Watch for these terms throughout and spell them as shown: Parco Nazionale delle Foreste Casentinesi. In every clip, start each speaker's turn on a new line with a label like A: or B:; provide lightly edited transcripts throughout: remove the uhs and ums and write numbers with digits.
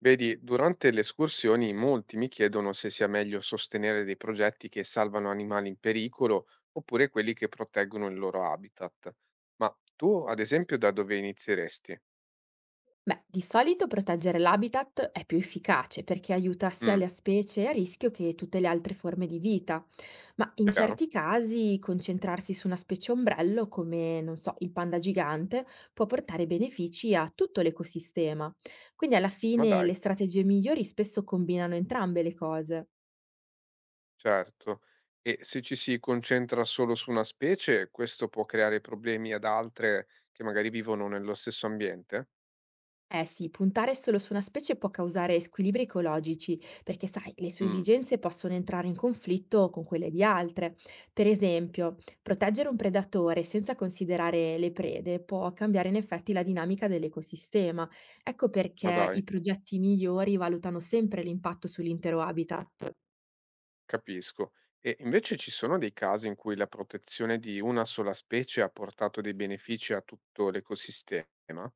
A: Vedi, durante le escursioni molti mi chiedono se sia meglio sostenere dei progetti che salvano animali in pericolo oppure quelli che proteggono il loro habitat. Ma tu, ad esempio, da dove inizieresti?
B: Beh, di solito proteggere l'habitat è più efficace perché aiuta sia
A: Mm,
B: la specie a rischio che tutte le altre forme di vita, ma in
A: chiaro?
B: certi casi concentrarsi su una specie ombrello come, non so, il panda gigante può portare benefici a tutto l'ecosistema. Quindi alla
A: Ma
B: fine
A: dai,
B: le strategie migliori spesso combinano entrambe le cose.
A: certo. E se ci si concentra solo su una specie, questo può creare problemi ad altre che magari vivono nello stesso ambiente?
B: Eh sì, puntare solo su una specie può causare squilibri ecologici, perché sai, le sue
A: Mm,
B: esigenze possono entrare in conflitto con quelle di altre. Per esempio, proteggere un predatore senza considerare le prede può cambiare in effetti la dinamica dell'ecosistema. Ecco
A: ma
B: perché
A: dai.
B: i progetti migliori valutano sempre l'impatto sull'intero habitat.
A: Capisco. E invece ci sono dei casi in cui la protezione di una sola specie ha portato dei benefici a tutto l'ecosistema?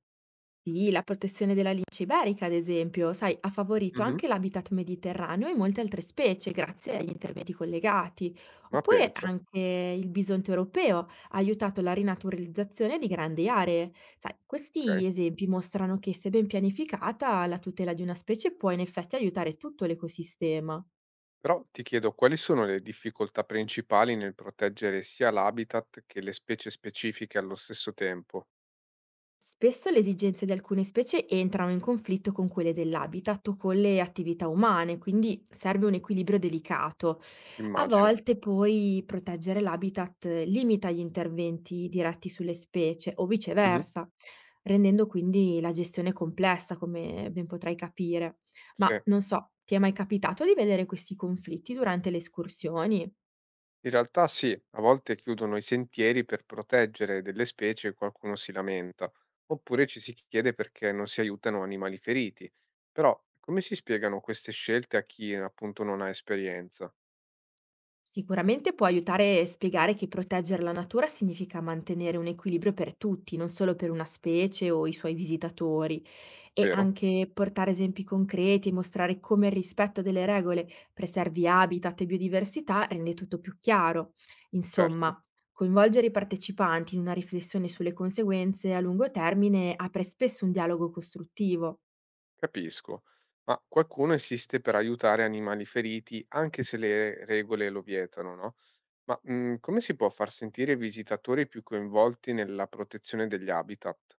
B: Sì, la protezione della lince iberica, ad esempio, sai, ha favorito
A: Mh-mh.
B: anche l'habitat mediterraneo e molte altre specie grazie agli interventi collegati.
A: Ma
B: Oppure
A: pensa,
B: anche il bisonte europeo ha aiutato la rinaturalizzazione di grandi aree. Sai,
A: okay.
B: questi esempi mostrano che se ben pianificata, la tutela di una specie può in effetti aiutare tutto l'ecosistema.
A: Però ti chiedo quali sono le difficoltà principali nel proteggere sia l'habitat che le specie specifiche allo stesso tempo?
B: Spesso le esigenze di alcune specie entrano in conflitto con quelle dell'habitat o con le attività umane, quindi serve un equilibrio delicato. A
A: Immagino.
B: volte poi proteggere l'habitat limita gli interventi diretti sulle specie o
A: Mh-mh.
B: viceversa, rendendo quindi la gestione complessa, come ben potrai capire.
A: Sì.
B: Ma non so, ti è mai capitato di vedere questi conflitti durante le escursioni?
A: In realtà sì, a volte chiudono i sentieri per proteggere delle specie e qualcuno si lamenta, oppure ci si chiede perché non si aiutano animali feriti. Però come si spiegano queste scelte a chi appunto non ha esperienza?
B: Sicuramente può aiutare e spiegare che proteggere la natura significa mantenere un equilibrio per tutti, non solo per una specie o i suoi visitatori, e
A: Vero?
B: anche portare esempi concreti e mostrare come il rispetto delle regole preservi habitat e biodiversità rende tutto più chiaro.
A: Certo,
B: Insomma, coinvolgere i partecipanti in una riflessione sulle conseguenze a lungo termine apre spesso un dialogo costruttivo.
A: capisco. Ma qualcuno esiste per aiutare animali feriti anche se le regole lo vietano, no? Ma come si può far sentire i visitatori più coinvolti nella protezione degli habitat?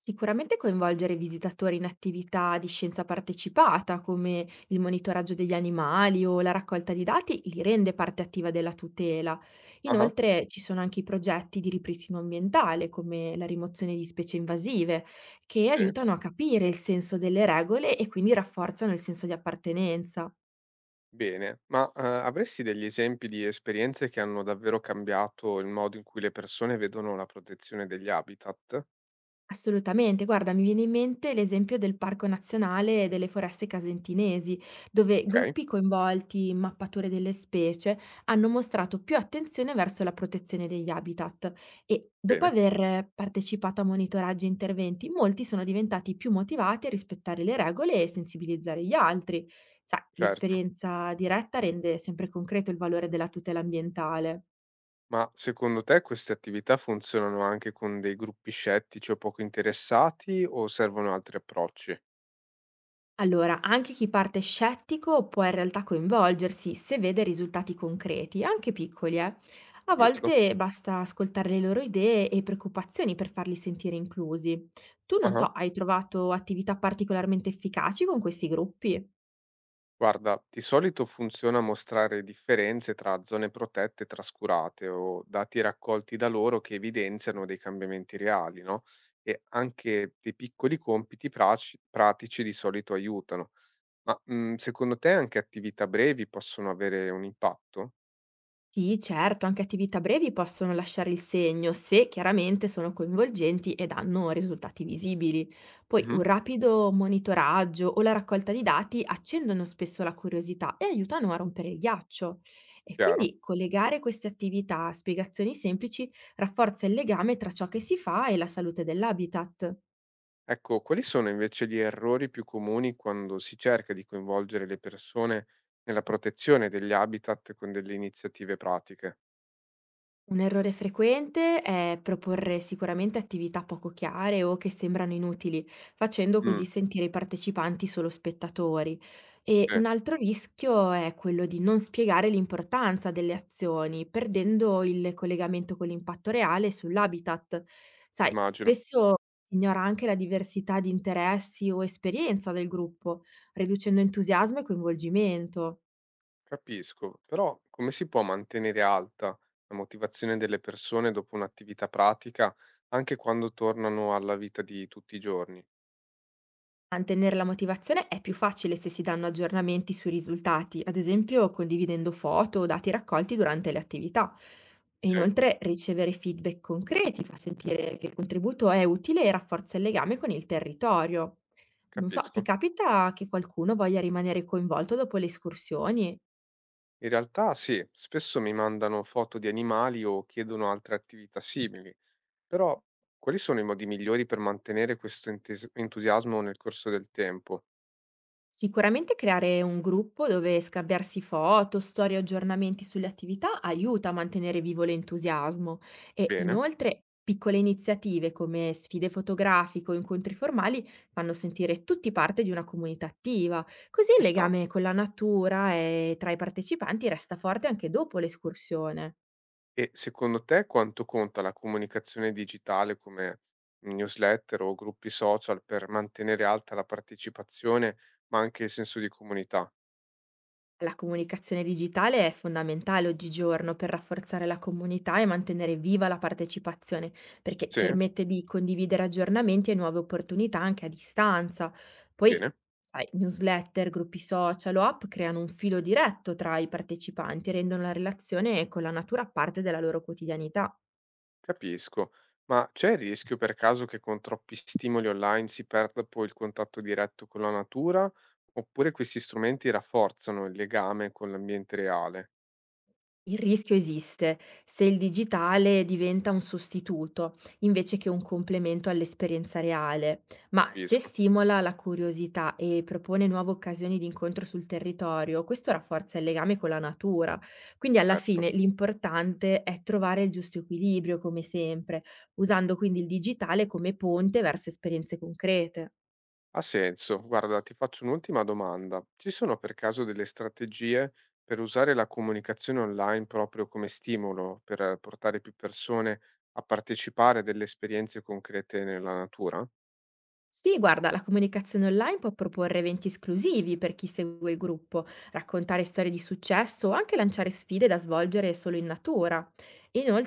B: Sicuramente coinvolgere visitatori in attività di scienza partecipata, come il monitoraggio degli animali o la raccolta di dati, li rende parte attiva della tutela.
A: Ah,
B: Inoltre ci sono anche i progetti di ripristino ambientale, come la rimozione di specie invasive, che
A: sì.
B: aiutano a capire il senso delle regole e quindi rafforzano il senso di appartenenza.
A: Bene, ma, avresti degli esempi di esperienze che hanno davvero cambiato il modo in cui le persone vedono la protezione degli habitat?
B: Assolutamente, guarda, mi viene in mente l'esempio del Parco Nazionale delle Foreste Casentinesi, dove
A: Okay,
B: gruppi coinvolti in mappature delle specie hanno mostrato più attenzione verso la protezione degli habitat e dopo
A: bene,
B: aver partecipato a monitoraggi e interventi, molti sono diventati più motivati a rispettare le regole e sensibilizzare gli altri. Sai,
A: certo.
B: l'esperienza diretta rende sempre concreto il valore della tutela ambientale.
A: Ma secondo te queste attività funzionano anche con dei gruppi scettici o poco interessati o servono altri approcci?
B: Allora, anche chi parte scettico può in realtà coinvolgersi se vede risultati concreti, anche piccoli, eh. A
A: Giusto?
B: volte basta ascoltare le loro idee e preoccupazioni per farli sentire inclusi. Tu non so,
A: Ah-ah.
B: hai trovato attività particolarmente efficaci con questi gruppi?
A: Guarda, di solito funziona mostrare differenze tra zone protette e trascurate o dati raccolti da loro che evidenziano dei cambiamenti reali, no? E anche dei piccoli compiti pratici di solito aiutano. Ma secondo te anche attività brevi possono avere un impatto?
B: Sì, certo, anche attività brevi possono lasciare il segno se chiaramente sono coinvolgenti e danno risultati visibili. Poi
A: Mhm,
B: un rapido monitoraggio o la raccolta di dati accendono spesso la curiosità e aiutano a rompere il ghiaccio. E
A: chiaro.
B: quindi collegare queste attività a spiegazioni semplici rafforza il legame tra ciò che si fa e la salute dell'habitat.
A: Ecco, quali sono invece gli errori più comuni quando si cerca di coinvolgere le persone nella protezione degli habitat con delle iniziative pratiche?
B: Un errore frequente è proporre sicuramente attività poco chiare o che sembrano inutili, facendo così
A: Mm,
B: sentire i partecipanti solo spettatori. E
A: sì,
B: un altro rischio è quello di non spiegare l'importanza delle azioni, perdendo il collegamento con l'impatto reale sull'habitat. Sai,
A: immagino.
B: spesso si ignora anche la diversità di interessi o esperienza del gruppo, riducendo entusiasmo e coinvolgimento.
A: Capisco, però come si può mantenere alta la motivazione delle persone dopo un'attività pratica, anche quando tornano alla vita di tutti i giorni?
B: Mantenere la motivazione è più facile se si danno aggiornamenti sui risultati, ad esempio condividendo foto o dati raccolti durante le attività. E
A: Sì,
B: inoltre ricevere feedback concreti fa sentire che il contributo è utile e rafforza il legame con il territorio. Non so, ti
A: capisco.
B: capita che qualcuno voglia rimanere coinvolto dopo le escursioni?
A: In realtà sì, spesso mi mandano foto di animali o chiedono altre attività simili, però quali sono i modi migliori per mantenere questo entusiasmo nel corso del tempo?
B: Sicuramente creare un gruppo dove scambiarsi foto, storie o aggiornamenti sulle attività aiuta a mantenere vivo l'entusiasmo e
A: Bene,
B: inoltre piccole iniziative come sfide fotografiche o incontri formali fanno sentire tutti parte di una comunità attiva, così
A: ci
B: il
A: sta.
B: legame con la natura e tra i partecipanti resta forte anche dopo l'escursione.
A: E secondo te quanto conta la comunicazione digitale come newsletter o gruppi social per mantenere alta la partecipazione, ma anche il senso di comunità?
B: La comunicazione digitale è fondamentale oggigiorno per rafforzare la comunità e mantenere viva la partecipazione, perché
A: Sì,
B: permette di condividere aggiornamenti e nuove opportunità anche a distanza. Poi,
A: bene,
B: sai, newsletter, gruppi social o app creano un filo diretto tra i partecipanti e rendono la relazione con la natura parte della loro quotidianità.
A: capisco. Ma c'è il rischio per caso che con troppi stimoli online si perda poi il contatto diretto con la natura? Oppure questi strumenti rafforzano il legame con l'ambiente reale?
B: Il rischio esiste se il digitale diventa un sostituto invece che un complemento all'esperienza reale, ma se
A: Capisco,
B: stimola la curiosità e propone nuove occasioni di incontro sul territorio, questo rafforza il legame con la natura. Quindi alla fine
A: certo.
B: l'importante è trovare il giusto equilibrio, come sempre, usando quindi il digitale come ponte verso esperienze concrete.
A: Ha senso. Guarda, ti faccio un'ultima domanda. Ci sono per caso delle strategie per usare la comunicazione online proprio come stimolo per portare più persone a partecipare a delle esperienze concrete nella natura?
B: Sì, guarda, la comunicazione online può proporre eventi esclusivi per chi segue il gruppo, raccontare storie di successo o anche lanciare sfide da svolgere solo in natura.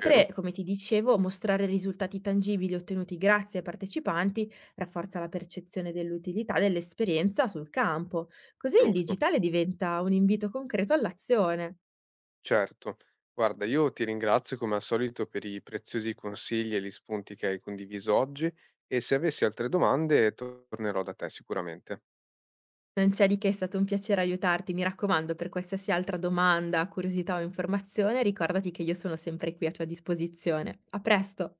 A: Vero?
B: come ti dicevo, mostrare risultati tangibili ottenuti grazie ai partecipanti rafforza la percezione dell'utilità dell'esperienza sul campo. Così il
A: Giusto.
B: digitale diventa un invito concreto all'azione.
A: Certo. Guarda, io ti ringrazio come al solito per i preziosi consigli e gli spunti che hai condiviso oggi e se avessi altre domande tornerò da te sicuramente.
B: Non c'è di che, è stato un piacere aiutarti. Mi raccomando, per qualsiasi altra domanda, curiosità o informazione, ricordati che io sono sempre qui a tua disposizione. A presto!